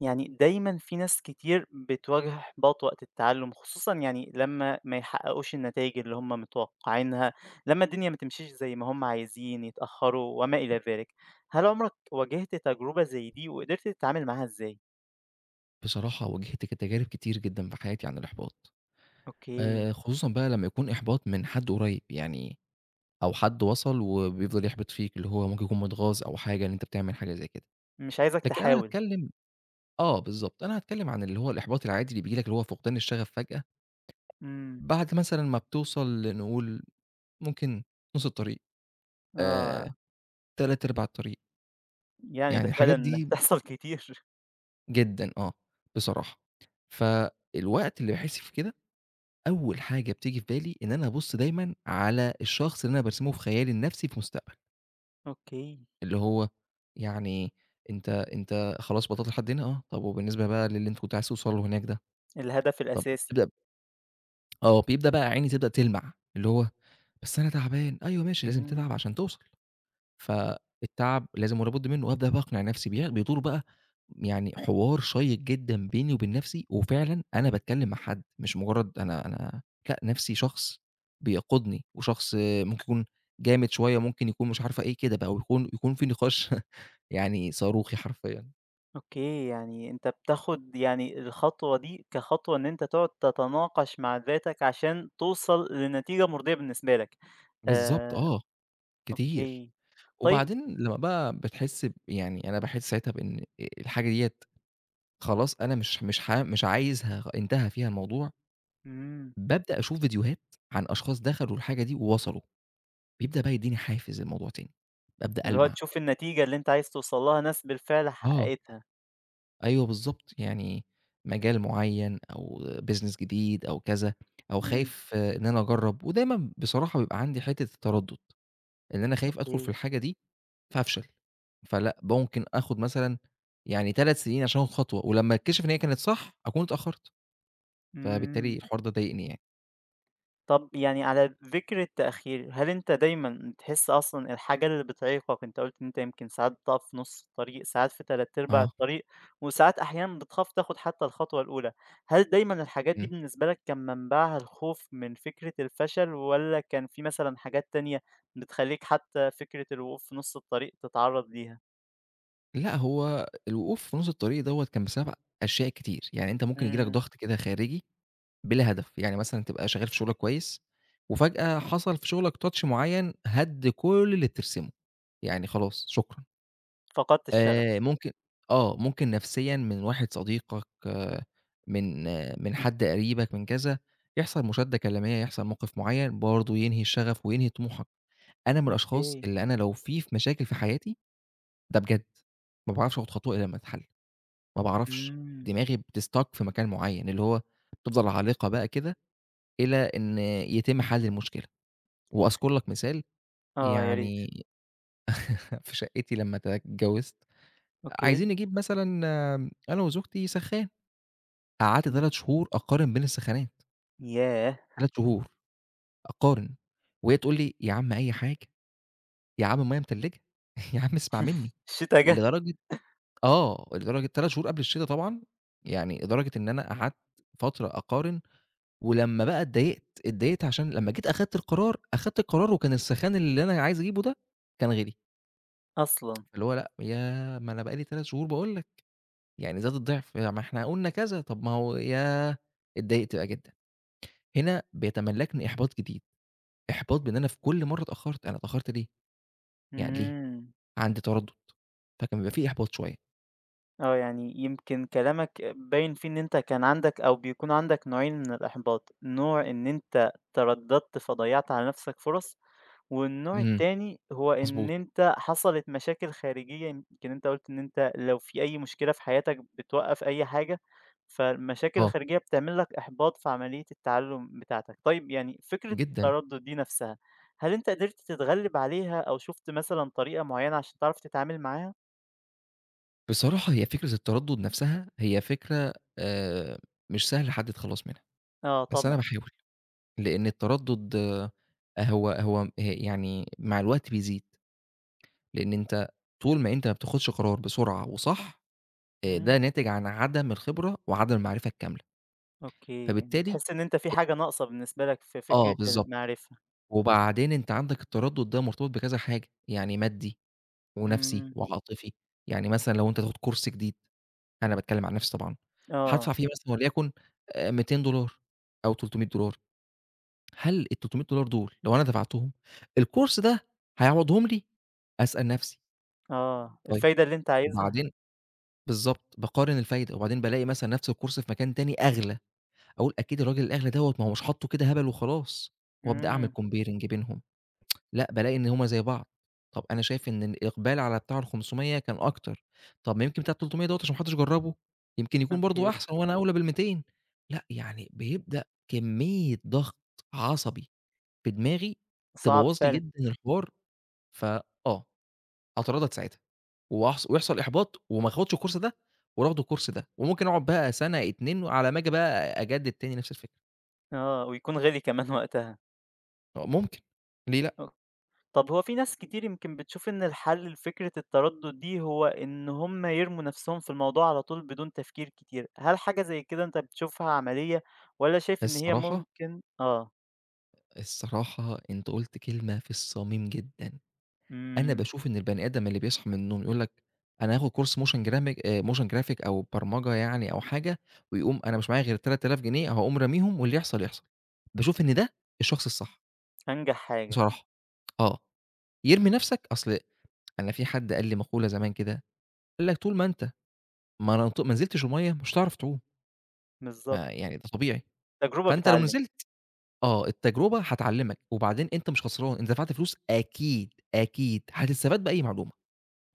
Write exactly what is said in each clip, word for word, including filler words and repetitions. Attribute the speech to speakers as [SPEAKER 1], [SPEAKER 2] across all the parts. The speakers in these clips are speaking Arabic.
[SPEAKER 1] يعني دايما في ناس كتير بتواجه إحباط وقت التعلم، خصوصا يعني لما ما يحققوش النتائج اللي هم متوقعينها. لما الدنيا ما تمشيش زي ما هم عايزين، يتأخروا وما إلى ذلك. هل عمرك واجهت تجربة زي دي، وقدرت تتعامل معاها إزاي؟
[SPEAKER 2] بصراحة واجهت ك تجارب كتير جدًا في حياتي عن الإحباط، آآ
[SPEAKER 1] أوكي.
[SPEAKER 2] خصوصًا بقى لمّا يكون إحباط من حد قريب، يعني أو حد وصل وبيفضل يحبط فيك، اللي هو ممكن يكون متغاظ أو حاجة إن أنت بتعمل حاجة زي كده.
[SPEAKER 1] مش عايزك
[SPEAKER 2] لكن أنا
[SPEAKER 1] تحاول.
[SPEAKER 2] هاتكلم آه بالضبط، أنا هاتكلم عن اللي هو الإحباط العادي اللي بييجي لك، اللي هو فقدان الشغف فجأة،
[SPEAKER 1] امم.
[SPEAKER 2] بعد مثلًا ما بتوصل لنقول ممكن نُص الطريق، آآ
[SPEAKER 1] آه،
[SPEAKER 2] ثلاثة أرباع الطريق.
[SPEAKER 1] يعني
[SPEAKER 2] يعني
[SPEAKER 1] ده
[SPEAKER 2] الحاجات
[SPEAKER 1] فعلا
[SPEAKER 2] دي
[SPEAKER 1] بتحصل كتير.
[SPEAKER 2] جدًا آه، بصراحة. فالوقت اللي باحس فيه كده، أول حاجة بتيجي في بالي إن أنا أبُص دايمًا على الشخص اللي أنا بارسمه في خيالي لنفسي في مستقبل،
[SPEAKER 1] أوكي.
[SPEAKER 2] اللي هو يعني أنت أنت خلاص وصلت لحد هنا، آه، طب وبالنسبة بقى للي أنت كنت عايز توصل له هناك ده،
[SPEAKER 1] الهدف
[SPEAKER 2] طب
[SPEAKER 1] الأساسي.
[SPEAKER 2] تبدأ. آه، بيبدأ بقى عيني تبدأ تلمع، اللي هو بس أنا تعبان، أيوه ماشي لازم تتعب
[SPEAKER 1] امم.
[SPEAKER 2] عشان توصل. فالتعب لازم ولا بد منه، وأبدأ بقى أقنع نفسي بيه بيدور بقى يعني حوار شيّق جدًا بيني وبين نفسي، وفعلًا أنا باتكلّم مع حد، مش مجرّد أنا أنا. لأ، نفسي شخص بيقودني، وشخص ممكن يكون جامد شوية، ممكن يكون مش عارفة إيه كده بقى، ويكون يكون في نقاش يعني صاروخي حرفيًا.
[SPEAKER 1] أوكي، يعني أنت بتاخد يعني الخطوة دي كخطوة إن أنت تقعد تتناقش مع ذاتك عشان توصل لنتيجة مرضية بالنسبة لك.
[SPEAKER 2] بالضبط
[SPEAKER 1] آآ
[SPEAKER 2] آه، كتير.
[SPEAKER 1] أوكي. طيب.
[SPEAKER 2] وبعدين لمّا بقى بتحس ب يعني أنا باحس ساعتها بإن الحاجة ديّة خلاص أنا مش مش ح مش عايزها، انتهى فيها الموضوع.
[SPEAKER 1] إمم.
[SPEAKER 2] بابدأ أشوف فيديوهات عن أشخاص دخلوا الحاجة دي ووصلوا، بيبدأ بقى يدّيني حافز الموضوع تاني، بابدأ
[SPEAKER 1] اللي هو
[SPEAKER 2] ألمَع.
[SPEAKER 1] تشوف النتيجة اللي أنت عايز توصل لها ناس بالفعل
[SPEAKER 2] آه،
[SPEAKER 1] حققتها.
[SPEAKER 2] أيوه بالضبط، يعني مجال معيّن أو business جديد أو كذا، أو
[SPEAKER 1] إمم.
[SPEAKER 2] خايف آه، إن أنا أجرّب، ودايمًا بصراحة بيبقى عندي حتّة التردُّد، إن أنا خايف أدخل في
[SPEAKER 1] أوكي.
[SPEAKER 2] الحاجة دي فأفشل. فلأ ممكن آخُد مثلًا يعني ثلاث سنين عشان آخُد خطوة، ولمّا أتكشف إن هي كانت صح أكون اتأخّرت. فبالتالي
[SPEAKER 1] إمم.
[SPEAKER 2] الحوار ده ضايقني يعني.
[SPEAKER 1] طب يعني على ذكر التأخير، هل أنت دايمًا بتحس أصلًا الحاجة اللي بتعيقك؟ أنت قُلت إن أنت يمكن ساعات بتقف في نُص الطريق، ساعات في تلات أرباع
[SPEAKER 2] آه،
[SPEAKER 1] الطريق، وساعات أحيانًا بتخاف تاخد حتى الخطوة الأولى. هل دايمًا الحاجات دي
[SPEAKER 2] إمم.
[SPEAKER 1] بالنسبة لك كان منبعها الخوف من فكرة الفشل، والّا كان في مثلًا حاجات تانية بتخلّيك حتى فكرة الوقوف في نُص الطريق تتعرّض ليها؟
[SPEAKER 2] لأ، هو الوقوف في نُص الطريق دوّة كان بسبب أشياء كتير، يعني أنت ممكن ييجي لك
[SPEAKER 1] إمم.
[SPEAKER 2] ضغط كده خارجي بلا هدف. يعني مثلًا تبقى شغال في شغلك كويس، وفجأة حصل في شغلك touch معيّن هَد كل اللي بترسمه، يعني خلاص شكرًا.
[SPEAKER 1] فقدت الشغف.
[SPEAKER 2] آآ ممكن آه، ممكن نفسيًا من واحد صديقك، آه من آه من حد قريبك، من كذا، يحصل مشادة كلامية، يحصل موقف معيّن برضه ينهي الشغف وينهي طموحك. أنا من الأشخاص
[SPEAKER 1] أوكي.
[SPEAKER 2] اللي أنا لو في في مشاكل في حياتي، ده بجد، ما باعرفش آخد خطوة إلّا لمّا تتحل. ما باعرفش،
[SPEAKER 1] إمم.
[SPEAKER 2] دماغي بتstuck في مكان معيّن، اللي هو بتفضل عالقة بقى كده إلى إن يتم حل المشكلة. وأذكر لك مثال
[SPEAKER 1] آه، يا ريت.
[SPEAKER 2] يعني في شقتي لمّا اتجوزت، عايزين
[SPEAKER 1] أوكي.
[SPEAKER 2] نجيب مثلًا آم، أنا وزوجتي سخّان، قعدت
[SPEAKER 1] إمم.
[SPEAKER 2] ثلاث شهور أقارن بين السخانات،
[SPEAKER 1] ياه!
[SPEAKER 2] ثلاث شهور أقارن، وهي تقول لي: "يا عم أي حاجة، يا عم مَيّة متلّجة، يا عم اسمع منّي."
[SPEAKER 1] الشتا جه.
[SPEAKER 2] لدرجة آه، لدرجة تلات شهور قبل الشتا طبعًا. يعني لدرجة إن أنا قعدت فترة أقارن، ولمّا بقى اتضايقت، اتضايقت عشان لمّا جيت أخدت القرار، أخدت القرار وكان السخان اللي أنا عايز أجيبه ده كان غِلي،
[SPEAKER 1] أصلًا.
[SPEAKER 2] اللي هو لأ، ياه! ما أنا بقى لي تلات شهور باقول لك، يعني زاد الضِعف، يا ما إحنا قُلنا كذا، طب ما هو ياه! اتضايقت بقى جدًا. هنا بيتملّكني إحباط جديد، إحباط بإن أنا في كل مرّة اتأخرت، أنا اتأخرت ليه؟ يعني ليه؟
[SPEAKER 1] إمم.
[SPEAKER 2] عندي تردُّد، فكان بيبقى في إحباط شوية.
[SPEAKER 1] آه، يعني يمكن كلامك باين فيه إن أنت كان عندك أو بيكون عندك نوعين من الإحباط، نوع إن أنت ترددت فضيعت على نفسك فرص، والنوع
[SPEAKER 2] إمم،
[SPEAKER 1] التاني هو إن
[SPEAKER 2] مضبوط،
[SPEAKER 1] أنت حصلت مشاكل خارجية. يمكن أنت قلت إن أنت لو في أي مشكلة في حياتك بتوقف أي حاجة، فالمشاكل
[SPEAKER 2] آه،
[SPEAKER 1] الخارجية بتعمل لك إحباط في عملية التعلم بتاعتك. طيب يعني فكرة
[SPEAKER 2] جدًا.
[SPEAKER 1] التردد دي نفسها، هل أنت قدرت تتغلب عليها، أو شُفت مثلًا طريقة معينة عشان تعرف تتعامل معاها؟
[SPEAKER 2] بصراحة هي فكرة التردُّد نَفْسها هي فكرة آآ مش سهل حد يتخلّص منها،
[SPEAKER 1] آه،
[SPEAKER 2] بس أنا
[SPEAKER 1] طبعًا.
[SPEAKER 2] باحاول. لإن التردُّد آه، هو هو ه يعني مع الوقت بيزيد، لإن أنت طول ما أنت ما بتاخدش قرار بسرعة وصح، آآ ده
[SPEAKER 1] إمم.
[SPEAKER 2] ناتج عن عدم الخبرة وعدم المعرفة الكاملة.
[SPEAKER 1] أوكي، يعني
[SPEAKER 2] فبالتالي
[SPEAKER 1] بتحس إن أنت في حاجة ناقصة بالنسبة لك في
[SPEAKER 2] آه
[SPEAKER 1] فكرة
[SPEAKER 2] بالضبط،
[SPEAKER 1] المعرفة.
[SPEAKER 2] وبعدين أنت عندك التردُّد ده مرتبط بكذا حاجة، يعني مادي ونَفْسي
[SPEAKER 1] إمم.
[SPEAKER 2] وعاطفي. يعني مثلًا لو أنت تاخد كورس جديد، أنا باتكلّم عن نَفْسي طبعًا،
[SPEAKER 1] آه.
[SPEAKER 2] هادفع فيه مثلًا وليكن آآ ميتين دولار أو تلتمية دولار. هل ال$300 دول لو أنا دفعتهم، الcourse ده هيعوضهم لي؟ أسأل نفسي.
[SPEAKER 1] آه،
[SPEAKER 2] طيب
[SPEAKER 1] الفايدة اللي أنت عايزها.
[SPEAKER 2] وبعدين بالضبط، باقارن الفايدة، وبعدين بالاقي مثلًا نفس الcourse في مكان تاني أغلى، أقول أكيد الراجل الأغلى دوّة ما هو مش حاطّه كده هبل وخلاص، وأبدأ أعمل
[SPEAKER 1] إمم.
[SPEAKER 2] comparing بينهم. لأ بالاقي إن هُم زي بعض، طب أنا شايف إن الإقبال على بتاع الخمسمية كان أكتر، طب ما يمكن بتاع التلتمية دوّة عشان ما حدش جرّبه، يمكن يكون برضه
[SPEAKER 1] أوكي.
[SPEAKER 2] أحسن وأنا أولى بالميتين. لأ يعني بيبدأ كمية ضغط عصبي في دماغي
[SPEAKER 1] صعب
[SPEAKER 2] تبوّظ لي
[SPEAKER 1] فعلًا.
[SPEAKER 2] جدًا الحوار، فآه، هاتردد ساعتها، وأحص ويحصل إحباط وما آخدش الكورس ده ولا آخد الكورس ده، وممكن أقعد بقى سَنة اتنين على ما آجي بقى أجدد تاني نفس الفكرة.
[SPEAKER 1] آه، ويكون غالي كمان وقتها.
[SPEAKER 2] آه ممكن، ليه لأ؟
[SPEAKER 1] أوك طب هو في ناس كتير يمكن بتشوف إن الحل لفكرة التردد دي هو إن هم يرموا نفسهم في الموضوع على طول بدون تفكير كتير. هل حاجة زي كده أنت بتشوفها عملية، والّا شايف إن هي
[SPEAKER 2] الصراحة،
[SPEAKER 1] ممكن؟ آه.
[SPEAKER 2] الصراحة أنت قُلت كلمة في الصميم جدًا. أنا
[SPEAKER 1] إمم.
[SPEAKER 2] باشوف إن البني آدم اللي بيصحى من النوم يقول لك أنا هاخد كورس motion gramic آآ motion graphic أو برمجة يعني أو حاجة، ويقوم أنا مش معايا غير ثلاثة آلاف جنيه هاقوم راميهم واللي يحصل يحصل، باشوف إن ده الشخص الصح.
[SPEAKER 1] أنجح حاجة.
[SPEAKER 2] بصراحة، آه، يرمي نفْسك. أصل أنا في حد قال لي مقولة زمان كده، قال لك: "طول ما أنت ما نط ما نزلتش المَيّة مش هتعرف تعوم."
[SPEAKER 1] بالضبط.
[SPEAKER 2] ما يعني ده طبيعي،
[SPEAKER 1] تجربة
[SPEAKER 2] فأنت لو
[SPEAKER 1] بتعلم.
[SPEAKER 2] نزلت آه، التجربة هتعلّمك. وبعدين أنت مش خسران، أنت دفعت فلوس أكيد، أكيد هتستفاد بأي معلومة،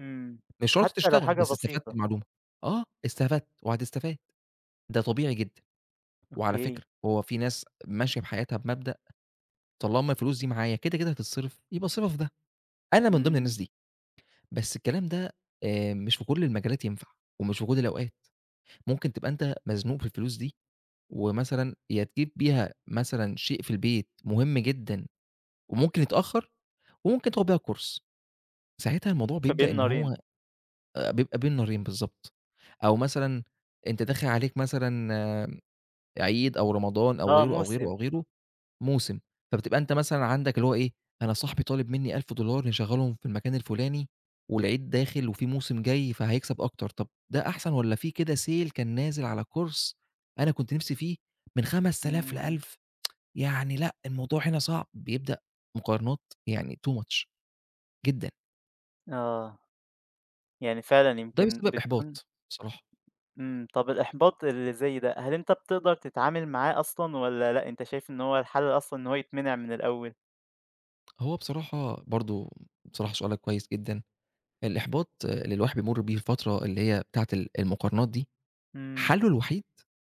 [SPEAKER 1] إمم.
[SPEAKER 2] مش شرط
[SPEAKER 1] حتى لو
[SPEAKER 2] تشتغل
[SPEAKER 1] حاجة
[SPEAKER 2] بس استفدت
[SPEAKER 1] بسيطة.
[SPEAKER 2] بمعلومة، آه، استفدت وهتستفاد، ده طبيعي جدًا. وعلى فكرة
[SPEAKER 1] أوكي.
[SPEAKER 2] هو في ناس ماشية بحياتها بمبدأ طالما الفلوس دي معايا كده، كده هتتصرف، يبقى أصرفها في ده، أنا من ضمن
[SPEAKER 1] إمم.
[SPEAKER 2] الناس دي. بس الكلام ده آآ مش في كل المجالات ينفع، ومش في كل الأوقات. ممكن تبقى أنت مزنوق في الفلوس دي، ومثلًا يا تجيب بيها مثلًا شيء في البيت مهم جدًا وممكن يتأخّر، وممكن تاخد بيها كورس، ساعتها الموضوع بيبدأ
[SPEAKER 1] فبين
[SPEAKER 2] إن
[SPEAKER 1] نارين.
[SPEAKER 2] هو آآ بيبقى بين نارين بالضبط. أو مثلًا أنت داخل عليك مثلًا عيد أو رمضان أو
[SPEAKER 1] آه،
[SPEAKER 2] غيره، أو غيره،
[SPEAKER 1] موسم.
[SPEAKER 2] أو غيره، موسم، فبتبقى أنت مثلًا عندك اللي هو إيه، أنا صاحبي طالب منّي ألف دولار$ نشغّلهم في المكان الفلاني، والعيد داخل وفي موسم جاي فهيكسب أكتر، طب ده أحسن والّا في كده sale كان نازل على كورس أنا كنت نِفْسي فيه من خمس تلاف
[SPEAKER 1] إمم.
[SPEAKER 2] لألف. يعني لأ، الموضوع هنا صعب، بيبدأ مقارنات يعني too much جدًا،
[SPEAKER 1] آه، يعني فعلًا
[SPEAKER 2] ده
[SPEAKER 1] يمكن
[SPEAKER 2] بيسبب
[SPEAKER 1] بتكون.
[SPEAKER 2] إحباط بصراحة.
[SPEAKER 1] إمم. طب الإحباط اللي زي ده، هل أنت بتقدر تتعامل معاه أصلًا، والّا لأ، أنت شايف إن هو الحل أصلًا إن هو يتمنع من الأول؟
[SPEAKER 2] هو بصراحة برضه بصراحة سؤالك كويس جدًا. الإحباط اللي الواحد بيمُر بيه الفترة اللي هي بتاعة ال المقارنات دي،
[SPEAKER 1] إمم.
[SPEAKER 2] حَلُّه الوحيد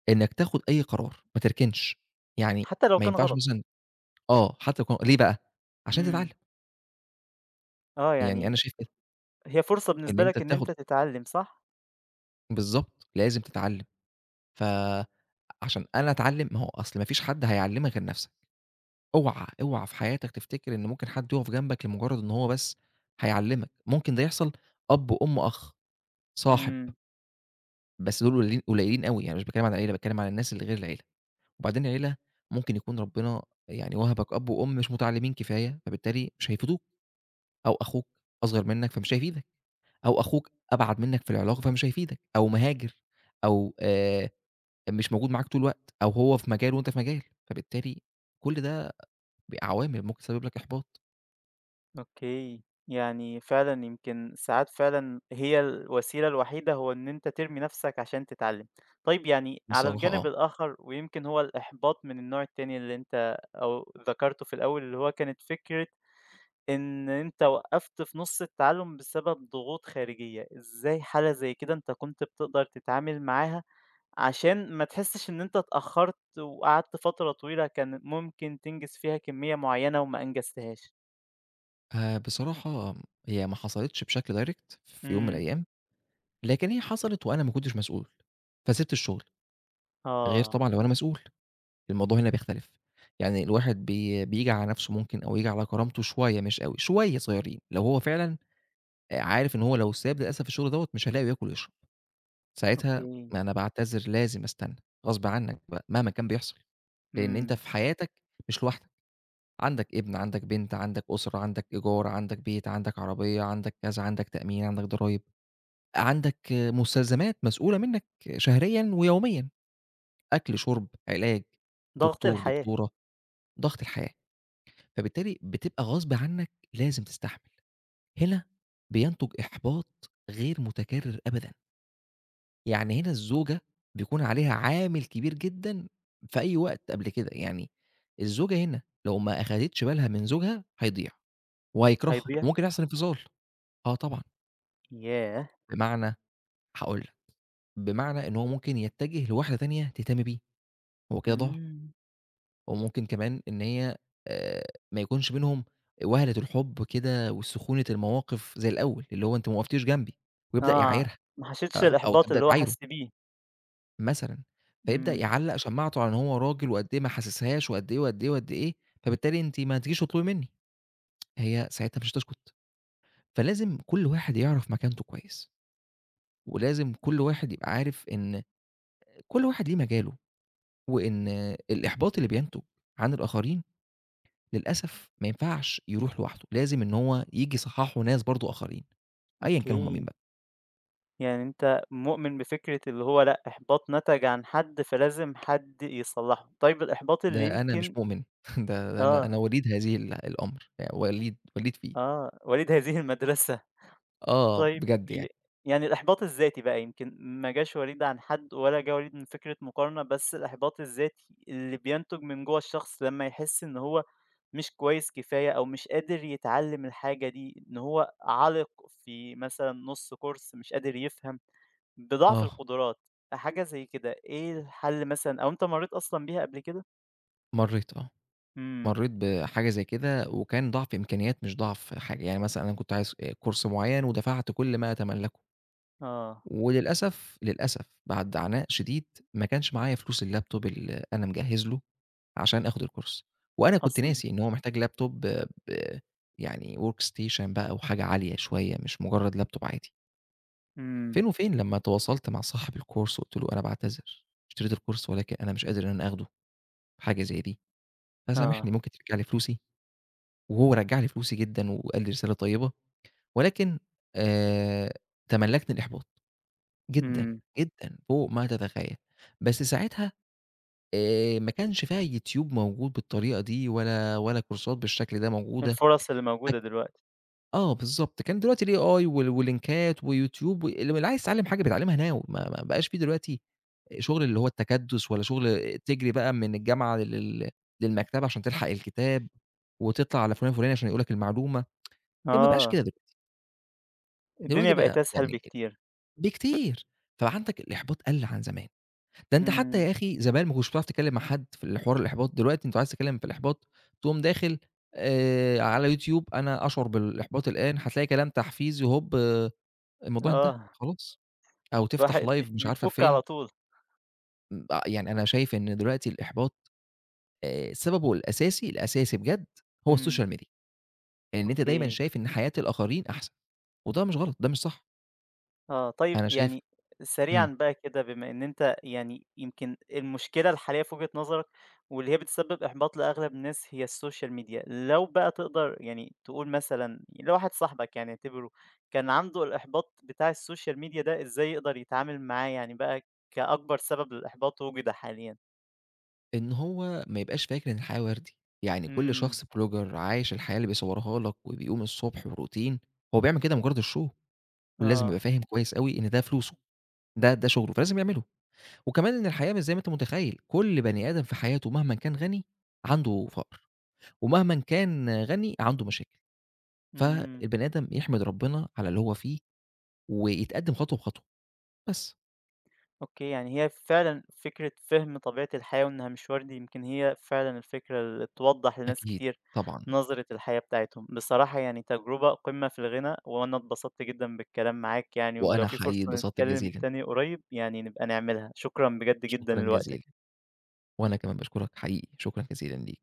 [SPEAKER 2] إنّك تاخُد أي قرار، ما تركنش، يعني
[SPEAKER 1] حتى لو
[SPEAKER 2] ما
[SPEAKER 1] كان
[SPEAKER 2] ينفعش
[SPEAKER 1] غلط.
[SPEAKER 2] مثلًا آه، حتى لو كان ليه بقى؟ عشان تتعلّم،
[SPEAKER 1] إمم. آه،
[SPEAKER 2] يعني أنا
[SPEAKER 1] يعني
[SPEAKER 2] شايف كده،
[SPEAKER 1] هي فرصة
[SPEAKER 2] إن
[SPEAKER 1] بالنسبة
[SPEAKER 2] أنت
[SPEAKER 1] لك إن
[SPEAKER 2] تاخُد
[SPEAKER 1] أنت تتعلم، صح؟
[SPEAKER 2] بالضبط، لازم تتعلّم. فعشان أنا أتعلّم، ما هو أصل ما فيش حد هيعلّمك غير نَفْسك. اوعى، اوعى في حياتك تفتكر إن ممكن حد يُقف جنبك لمُجرّد إن هو بس هيعلّمك. ممكن ده يحصل أب، أم، أخ، صاحب،
[SPEAKER 1] إمم.
[SPEAKER 2] بس دول قليلين قليلين أوي، يعني مش باتكلّم عن العيلة، باتكلّم عن الناس اللي غير العيلة. وبعدين العيلة ممكن يكون ربنا يعني وهبك أب وأم مش متعلمين كفاية، فبالتالي مش هيفيدوك، أو أخوك أصغر منك فمش هيفيدك، أو أخوك أبعد منك في العلاقة فمش هيفيدك، أو مهاجر، أو آآ مش موجود معاك طول الوقت، أو هو في مجال وأنت في مجال، فبالتالي كل ده ب عوامل ممكن تسبب لك إحباط،
[SPEAKER 1] أوكي، يعني فعلًا يمكن ساعات فعلًا هي الوسيلة الوحيدة هو إن أنت ترمي نفسك عشان تتعلم. طيب يعني على
[SPEAKER 2] بصراحة
[SPEAKER 1] الجانب
[SPEAKER 2] آه.
[SPEAKER 1] الآخر، ويمكن هو الإحباط من النوع التاني اللي أنت أو ذكرته في الأول، اللي هو كانت فكرة إن أنت وقّفت في نُص التعلم بسبب ضغوط خارجية. إزاي حالة زي كده أنت كنت بتقدر تتعامل معاها عشان ما تحسش إن أنت اتأخرت وقعدت فترة طويلة كان ممكن تنجز فيها كمية معينة وما أنجزتهاش؟
[SPEAKER 2] آآ بصراحة هي ما حصلتش بشكل direct في يوم من
[SPEAKER 1] إمم.
[SPEAKER 2] الأيام، لكن هي حصلت وأنا ما كنتش مسؤول، فسِبت الشغل. غير طبعًا
[SPEAKER 1] آه.
[SPEAKER 2] لو أنا مسؤول، الموضوع هنا بيختلف. يعني الواحد بي بييجي على نَفْسه ممكن، أو ييجي على كرامته شوية مش أوي، شوية صغيرين. لو هو فعلًا آآ عارف إن هو لو ساب للأسف الشغل دوّة مش هيلاقي ياكل ويشرب، ساعتها
[SPEAKER 1] أوكي.
[SPEAKER 2] أنا باعتذر لازم أستنى، غصب عنّك بقى مهما كان بيحصل، لإن أنت
[SPEAKER 1] إمم.
[SPEAKER 2] في حياتك مش لوحدك. عندك ابن، عندك بنت، عندك أسرة، عندك إيجار، عندك بيت، عندك عربية، عندك كذا، عندك تأمين، عندك ضرايب، عندك مستلزمات مسؤولة منّك شهريًا ويوميًا، أكل، شُرب، علاج،
[SPEAKER 1] ضغط
[SPEAKER 2] دكتور،
[SPEAKER 1] الحياة.
[SPEAKER 2] دكتورة، ضغط الحياة. فبالتالي بتبقى غصب عنك لازم تستحمل. هنا بينتج إحباط غير متكرر أبدًا، يعني هنا الزوجة بيكون عليها عامل كبير جدًا في أي وقت قبل كده، يعني الزوجة هنا لو ما أخدتش بالها من زوجها هيضيع وهيكرهها
[SPEAKER 1] هيضيع؟
[SPEAKER 2] وممكن يحصل انفصال. آه طبعًا،
[SPEAKER 1] ياه!
[SPEAKER 2] بمعنى هاقول لك، بمعنى إن هو ممكن يتجه لواحدة تانية تهتم بيه، هو كده ضاع.
[SPEAKER 1] إمم.
[SPEAKER 2] وممكن كمان إن هي آآ ما يكونش بينهم وهلة الحب كده وسخونة المواقف زي الأول، اللي هو أنتِ ما وقفتيش جنبي، ويبدأ
[SPEAKER 1] آه،
[SPEAKER 2] يعايرها
[SPEAKER 1] ما حسيتش
[SPEAKER 2] آآ أو
[SPEAKER 1] الإحباط
[SPEAKER 2] تبدأ
[SPEAKER 1] اللي هو
[SPEAKER 2] تعايره
[SPEAKER 1] حَس بيه.
[SPEAKER 2] مثلًا، فيبدأ
[SPEAKER 1] إمم.
[SPEAKER 2] يعلّق شماعته على إن هو راجل وقد إيه ما حاسسهاش وقد إيه، وقد إيه، وقد إيه، فبالتالي أنتِ ما تجيش تطلبي منّي، هي ساعتها مش هتسكت. فلازم كل واحد يعرف مكانته كويس، ولازم كل واحد يبقى عارف إن كل واحد ليه مجاله، وإن الإحباط اللي بينتج عن الآخرين للأسف ما ينفعش يروح لوحده، لازم إن هو ييجي يصحّحه ناس برضه آخرين، أيًا كانوا هُم مين
[SPEAKER 1] أوكي،
[SPEAKER 2] بقى.
[SPEAKER 1] يعني أنت مؤمن بفكرة اللي هو لأ، إحباط نتج عن حد فلازم حد يصلّحه. طيب الإحباط اللي
[SPEAKER 2] ده أنا مش
[SPEAKER 1] يمكن،
[SPEAKER 2] مؤمن ده ده أنا
[SPEAKER 1] آه.
[SPEAKER 2] أنا وليد هذه ال الأمر، يعني وليد وليد فيه،
[SPEAKER 1] آه، وليد هذه المدرسة.
[SPEAKER 2] آه
[SPEAKER 1] طيب،
[SPEAKER 2] بجد
[SPEAKER 1] ي
[SPEAKER 2] يعني،
[SPEAKER 1] يعني الإحباط الذاتي بقى، يمكن ما جاش وليد عن حد ولا جه وليد من فكرة مقارنة، بس الإحباط الذاتي اللي بينتج من جوّه الشخص لمّا يحس إن هو مش كويس كفاية أو مش قادر يتعلم الحاجة دي، إن هو عَلِق في مثلًا نُص كورس مش قادر يفهم، بضعف
[SPEAKER 2] آه،
[SPEAKER 1] القدرات، حاجة زي كده، إيه الحل مثلًا، أو أنت مرّيت أصلًا بيها قبل كده؟
[SPEAKER 2] مرّيت آه،
[SPEAKER 1] إمم.
[SPEAKER 2] مرّيت بحاجة زي كده وكان ضعف إمكانيات مش ضعف حاجة. يعني مثلًا أنا كنت عايز آآ كورس معيّن ودفعت كل ما أتملّكه.
[SPEAKER 1] آه.
[SPEAKER 2] وللأسف، للأسف بعد عناء شديد ما كانش معايا فلوس اللابتوب اللي أنا مجهّز له عشان آخُد الكورس، وأنا كنت
[SPEAKER 1] أصلًا.
[SPEAKER 2] ناسي إن هو محتاج لابتوب ب ب- يعني workstation بقى وحاجة عالية شوية مش مجرّد لابتوب عادي.
[SPEAKER 1] إمم.
[SPEAKER 2] فين وفين لمّا تواصلت مع صاحب الكورس وقُلت له: "أنا باعتذر، اشتريت الكورس ولكن أنا مش قادر إن أنا آخده في حاجة زي دي، فسامحني
[SPEAKER 1] آه.
[SPEAKER 2] ممكن ترجع لي فلوسي؟" وهو رجّع لي فلوسي جدًا وقال لي رسالة طيبة، ولكن آآ تملّكني الإحباط. جدًا،
[SPEAKER 1] إمم.
[SPEAKER 2] جدًا، فوق ما تتخيّل. بس ساعتها آآ ما كانش فيها يوتيوب موجود بالطريقة دي ولا ولا كورسات بالشكل ده موجودة.
[SPEAKER 1] الفُرَص اللي
[SPEAKER 2] فك
[SPEAKER 1] موجودة دلوقتي.
[SPEAKER 2] آه بالضبط، كان دلوقتي الAI وال ولينكات ويوتيوب واللي اللي عايز يتعلّم حاجة بيتعلّمها now، ما ما بقاش في دلوقتي شغل اللي هو التكدُّس، ولا شغل تجري بقى من الجامعة لل للمكتبة عشان تلحق الكتاب وتطلع على فُلان الفُلاني عشان يقول لك المعلومة. ك ما بقاش
[SPEAKER 1] آه.
[SPEAKER 2] كده دلوقتي، دلوقتي
[SPEAKER 1] الدنيا
[SPEAKER 2] بقى
[SPEAKER 1] بقت أسهل
[SPEAKER 2] يعني
[SPEAKER 1] بكتير.
[SPEAKER 2] بكتير، فعندك الإحباط قَل عن زمان. ده أنت حتى
[SPEAKER 1] إمم.
[SPEAKER 2] يا أخي زمان ما كنتش بتعرف تتكلّم مع حد في الحوار الإحباط، دلوقتي أنت لو عايز تتكلّم في الإحباط تقوم داخل آآ على يوتيوب، أنا أشعر بالإحباط الآن، هتلاقي كلام تحفيزي هوب آه، الموضوع انتهى
[SPEAKER 1] آه،
[SPEAKER 2] خلاص، أو تفتح
[SPEAKER 1] الواحد
[SPEAKER 2] live مش عارفة
[SPEAKER 1] بيتفُك
[SPEAKER 2] فين.
[SPEAKER 1] على طول.
[SPEAKER 2] م أ يعني أنا شايف إن دلوقتي الإحباط آآ سببه الأساسي، الأساسي بجد، هو
[SPEAKER 1] إمم.
[SPEAKER 2] السوشيال ميديا، إن أنت دايمًا
[SPEAKER 1] أوكي.
[SPEAKER 2] شايف إن حياة الآخرين أحسن، وده مش غلط، ده مش صح،
[SPEAKER 1] آه. طيب
[SPEAKER 2] أنا شايف
[SPEAKER 1] يعني سريعًا
[SPEAKER 2] إمم.
[SPEAKER 1] بقى كده، بما إن أنت يعني يمكن المشكلة الحالية في وجهة نظرك واللي هي بتسبب إحباط لأغلب الناس هي السوشيال ميديا، لو بقى تقدر يعني تقول مثلًا لو واحد صاحبك، يعني اعتبره كان عنده الإحباط بتاع السوشيال ميديا ده، إزاي يقدر يتعامل معاه يعني بقى، كأكبر سبب للإحباط وُجد حاليًا؟
[SPEAKER 2] إن هو ما يبقاش فاكر إن الحياة وردي، يعني كل
[SPEAKER 1] إمم.
[SPEAKER 2] شخص بلوجر عايش الحياة اللي بيصورها لك وبيقوم الصبح وروتين، هو بيعمل كده مجرد الشو، ولازم يبقى
[SPEAKER 1] آه.
[SPEAKER 2] فاهم كويس أوي إن ده فلوسه، ده ده شغله، فلازم يعمله. وكمان إن الحياة مش زي ما أنت متخيل، كل بني آدم في حياته مهما كان غني عنده فقر، ومهما كان غني عنده مشاكل،
[SPEAKER 1] إمم.
[SPEAKER 2] فالبني آدم يحمد ربنا على اللي هو فيه، ويتقدم خطوة بخطوة، بس.
[SPEAKER 1] أوكي، يعني هي فعلًا فكرة فهم طبيعة الحياة وإنها مشوار دي يمكن هي فعلًا الفكرة اللي توضّح لناس
[SPEAKER 2] أكيد
[SPEAKER 1] كتير
[SPEAKER 2] طبعًا،
[SPEAKER 1] نظرة الحياة بتاعتهم. بصراحة يعني تجربة قمة في الغنى، وأنا اتبسطت جدًا بالكلام معاك يعني، ولو
[SPEAKER 2] وأنا
[SPEAKER 1] في
[SPEAKER 2] حقيقي
[SPEAKER 1] فرصة
[SPEAKER 2] اتبسطت
[SPEAKER 1] نتكلم
[SPEAKER 2] جزيلًا،
[SPEAKER 1] تاني قريب يعني نبقى نعملها. شكرًا بجد جدًا
[SPEAKER 2] شكرًا جزيلًا،
[SPEAKER 1] لوقتك.
[SPEAKER 2] وأنا كمان باشكرك حقيقي، شكرًا جزيلًا ليك.